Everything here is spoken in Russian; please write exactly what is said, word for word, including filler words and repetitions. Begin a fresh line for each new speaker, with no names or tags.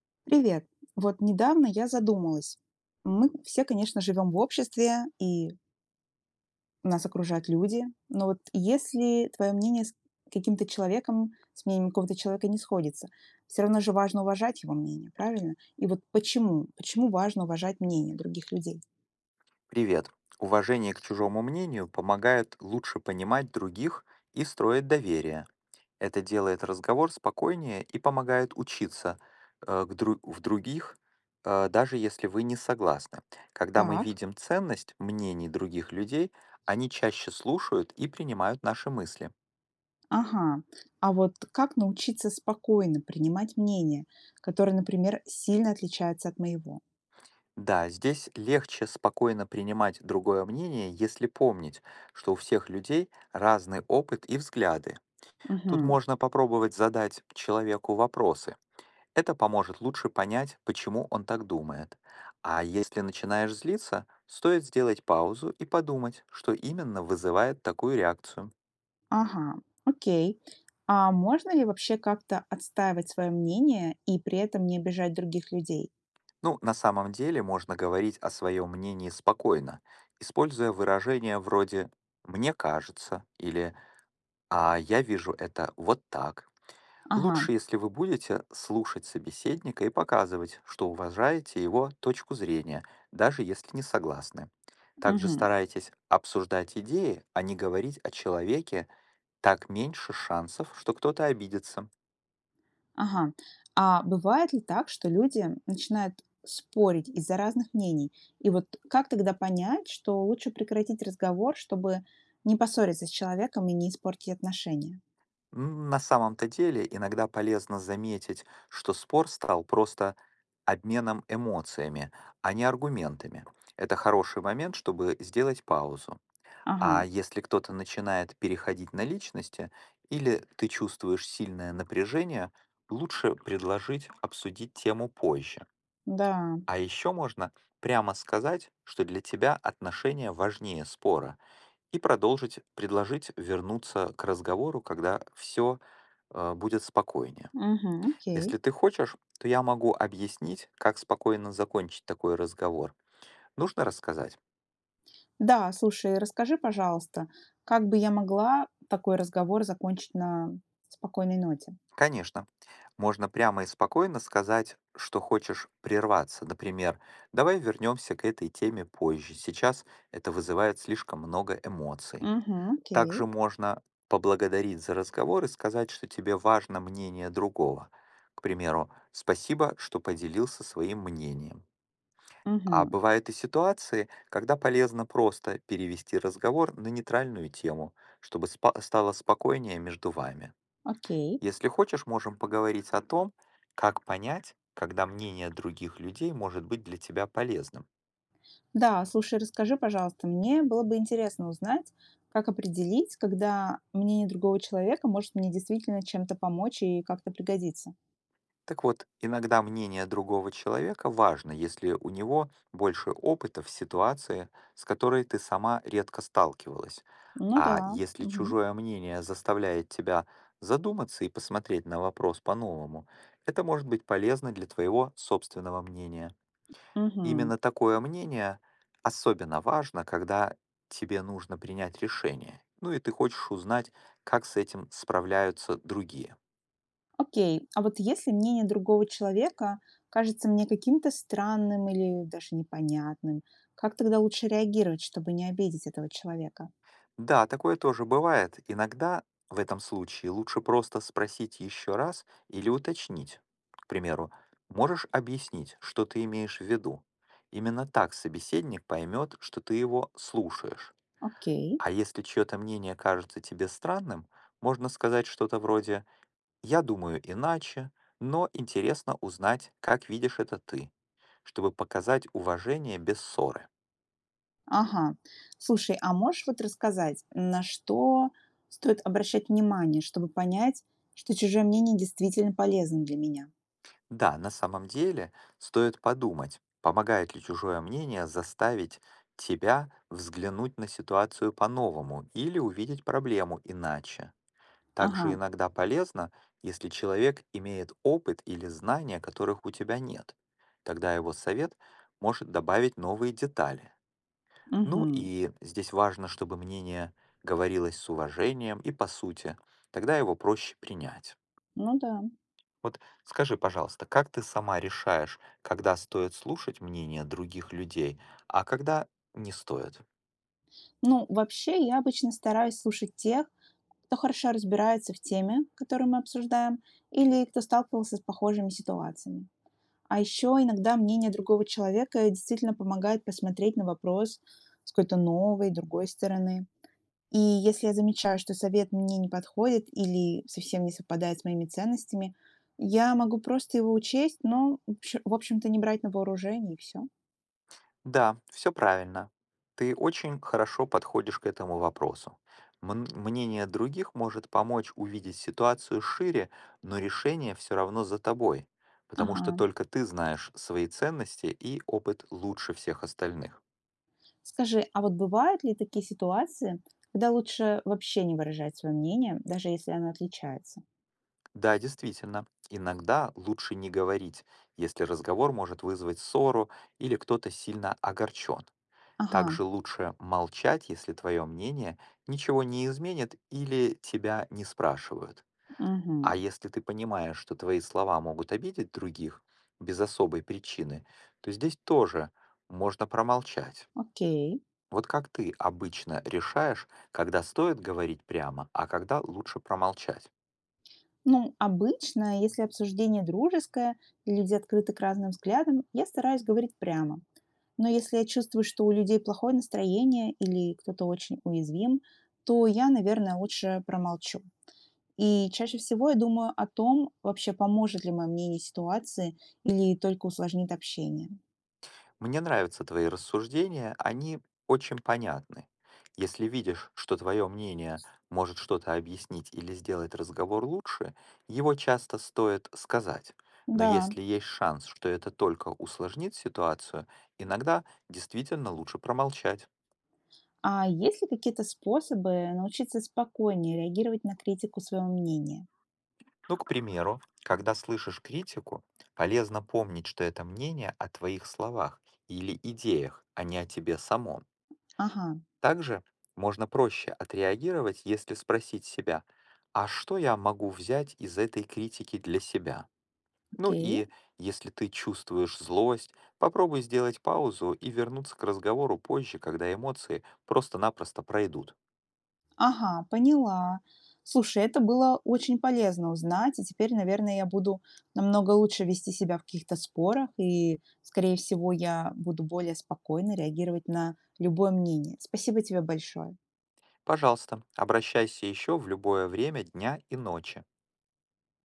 Привет. Вот недавно я задумалась. Мы все, конечно, живем в обществе, и нас окружают люди. Но вот если твое мнение с каким-то человеком, с мнением какого-то человека не сходится, все равно же важно уважать его мнение, правильно? И вот почему? Почему важно уважать мнение других людей?
Привет. Уважение к чужому мнению помогает лучше понимать других и строить доверие. Это делает разговор спокойнее и помогает учиться э, к дру- в других, э, даже если вы не согласны. Когда мы
Так,
видим ценность мнений других людей, они чаще слушают и принимают наши мысли.
ага. А вот как научиться спокойно принимать мнение, которое, например, сильно отличается от моего?
Да, здесь легче спокойно принимать другое мнение, если помнить, что у всех людей разный опыт и взгляды. Тут
Мгм.
можно попробовать задать человеку вопросы. Это поможет лучше понять, почему он так думает. А если начинаешь злиться, стоит сделать паузу и подумать, что именно вызывает такую реакцию.
Ага, окей. А можно ли вообще как-то отстаивать свое мнение и при этом не обижать других людей?
Ну, на самом деле можно говорить о своем мнении спокойно, используя выражения вроде «мне кажется» или «а я вижу это вот так».
Ага,
Лучше, если вы будете слушать собеседника и показывать, что уважаете его точку зрения, даже если не согласны. Также
мгм,
старайтесь обсуждать идеи, а не говорить о человеке, так меньше шансов, что кто-то обидится.
ага. А бывает ли так, что люди начинают спорить из-за разных мнений? И вот как тогда понять, что лучше прекратить разговор, чтобы не поссориться с человеком и не испортить отношения?
М, На самом-то деле иногда полезно заметить, что спор стал просто обменом эмоциями, а не аргументами. Это хороший момент, чтобы сделать паузу.
Ага,
А если кто-то начинает переходить на личности или ты чувствуешь сильное напряжение, лучше предложить обсудить тему позже.
да,
А еще можно прямо сказать, что для тебя отношения важнее спора, и продолжить предложить вернуться к разговору, когда все будет спокойнее.
мгм, окей.
Если ты хочешь, то я могу объяснить, как спокойно закончить такой разговор. Нужно рассказать?
Да, слушай, расскажи, пожалуйста, как бы я могла такой разговор закончить на спокойной ноте?
Конечно. Можно прямо и спокойно сказать, что хочешь прерваться. Например, давай вернемся к этой теме позже. Сейчас это вызывает слишком много эмоций.
Мгм. Окей.
Также можно поблагодарить за разговор и сказать, что тебе важно мнение другого. К примеру, спасибо, что поделился своим мнением. А
Мгм.
бывают и ситуации, когда полезно просто перевести разговор на нейтральную тему, чтобы спа- стало спокойнее между вами.
Окей.
Если хочешь, можем поговорить о том, как понять, когда мнение других людей может быть для тебя полезным.
Да, слушай, расскажи, пожалуйста, мне было бы интересно узнать, как определить, когда мнение другого человека может мне действительно чем-то помочь и как-то пригодиться.
Так вот, иногда мнение другого человека важно, если у него больше опыта в ситуации, с которой ты сама редко сталкивалась.
Ну
А
да.
если
Мгм.
чужое мнение заставляет тебя задуматься и посмотреть на вопрос по-новому, это может быть полезно для твоего собственного мнения.
Мгм.
Именно такое мнение особенно важно, когда тебе нужно принять решение. Ну и ты хочешь узнать, как с этим справляются другие.
Окей. А вот если мнение другого человека кажется мне каким-то странным или даже непонятным, как тогда лучше реагировать, чтобы не обидеть этого человека?
Да, такое тоже бывает. Иногда в этом случае лучше просто спросить еще раз или уточнить. К примеру, можешь объяснить, что ты имеешь в виду? Именно так собеседник поймет, что ты его слушаешь.
Окей.
А если чье-то мнение кажется тебе странным, можно сказать что-то вроде «я думаю иначе, но интересно узнать, как видишь это ты», чтобы показать уважение без ссоры.
Ага. Слушай, а можешь вот рассказать, на что стоит обращать внимание, чтобы понять, что чужое мнение действительно полезно для меня?
Да, на самом деле стоит подумать, помогает ли чужое мнение заставить тебя взглянуть на ситуацию по-новому или увидеть проблему иначе.
Ага.
Также иногда полезно, если человек имеет опыт или знания, которых у тебя нет. Тогда его совет может добавить новые детали. Ну
Мгм.
и здесь важно, чтобы мнение говорилось с уважением и по сути, тогда его проще принять.
Ну да.
Вот скажи, пожалуйста, как ты сама решаешь, когда стоит слушать мнение других людей, а когда не стоит?
Ну, вообще, я обычно стараюсь слушать тех, кто хорошо разбирается в теме, которую мы обсуждаем, или кто сталкивался с похожими ситуациями. А еще иногда мнение другого человека действительно помогает посмотреть на вопрос с какой-то новой, другой стороны. И если я замечаю, что совет мне не подходит или совсем не совпадает с моими ценностями, я могу просто его учесть, но, в общ- в общем-то, не брать на вооружение и все.
Да, все правильно. Ты очень хорошо подходишь к этому вопросу. Мн- Мнение других может помочь увидеть ситуацию шире, но решение все равно за тобой, потому что
Ага.
только ты знаешь свои ценности и опыт лучше всех остальных.
Скажи, а вот бывают ли такие ситуации, когда лучше вообще не выражать свое мнение, даже если оно отличается?
Да, действительно, иногда лучше не говорить, если разговор может вызвать ссору или кто-то сильно огорчен.
Ага,
Также лучше молчать, если твое мнение ничего не изменит или тебя не спрашивают.
угу,
А если ты понимаешь, что твои слова могут обидеть других без особой причины, то здесь тоже можно промолчать.
окей.
Вот как ты обычно решаешь, когда стоит говорить прямо, а когда лучше промолчать?
Ну, обычно, если обсуждение дружеское и люди открыты к разным взглядам, я стараюсь говорить прямо. Но если я чувствую, что у людей плохое настроение или кто-то очень уязвим, то я, наверное, лучше промолчу. И чаще всего я думаю о том, вообще поможет ли мое мнение ситуации или только усложнит общение.
Мне нравятся твои рассуждения, они очень понятны. Если видишь, что твое мнение может что-то объяснить или сделать разговор лучше, его часто стоит сказать. Но
Да.
если есть шанс, что это только усложнит ситуацию, иногда действительно лучше промолчать.
А есть ли какие-то способы научиться спокойнее реагировать на критику своего мнения?
Ну, к примеру, когда слышишь критику, полезно помнить, что это мнение о твоих словах или идеях, а не о тебе самом.
Ага,
Также можно проще отреагировать, если спросить себя, а что я могу взять из этой критики для себя? Ну
окей.
и если ты чувствуешь злость, попробуй сделать паузу и вернуться к разговору позже, когда эмоции просто-напросто пройдут.
Ага, поняла. Слушай, это было очень полезно узнать, и теперь, наверное, я буду намного лучше вести себя в каких-то спорах, и, скорее всего, я буду более спокойно реагировать на любое мнение. Спасибо тебе большое.
Пожалуйста, обращайся еще в любое время дня и ночи.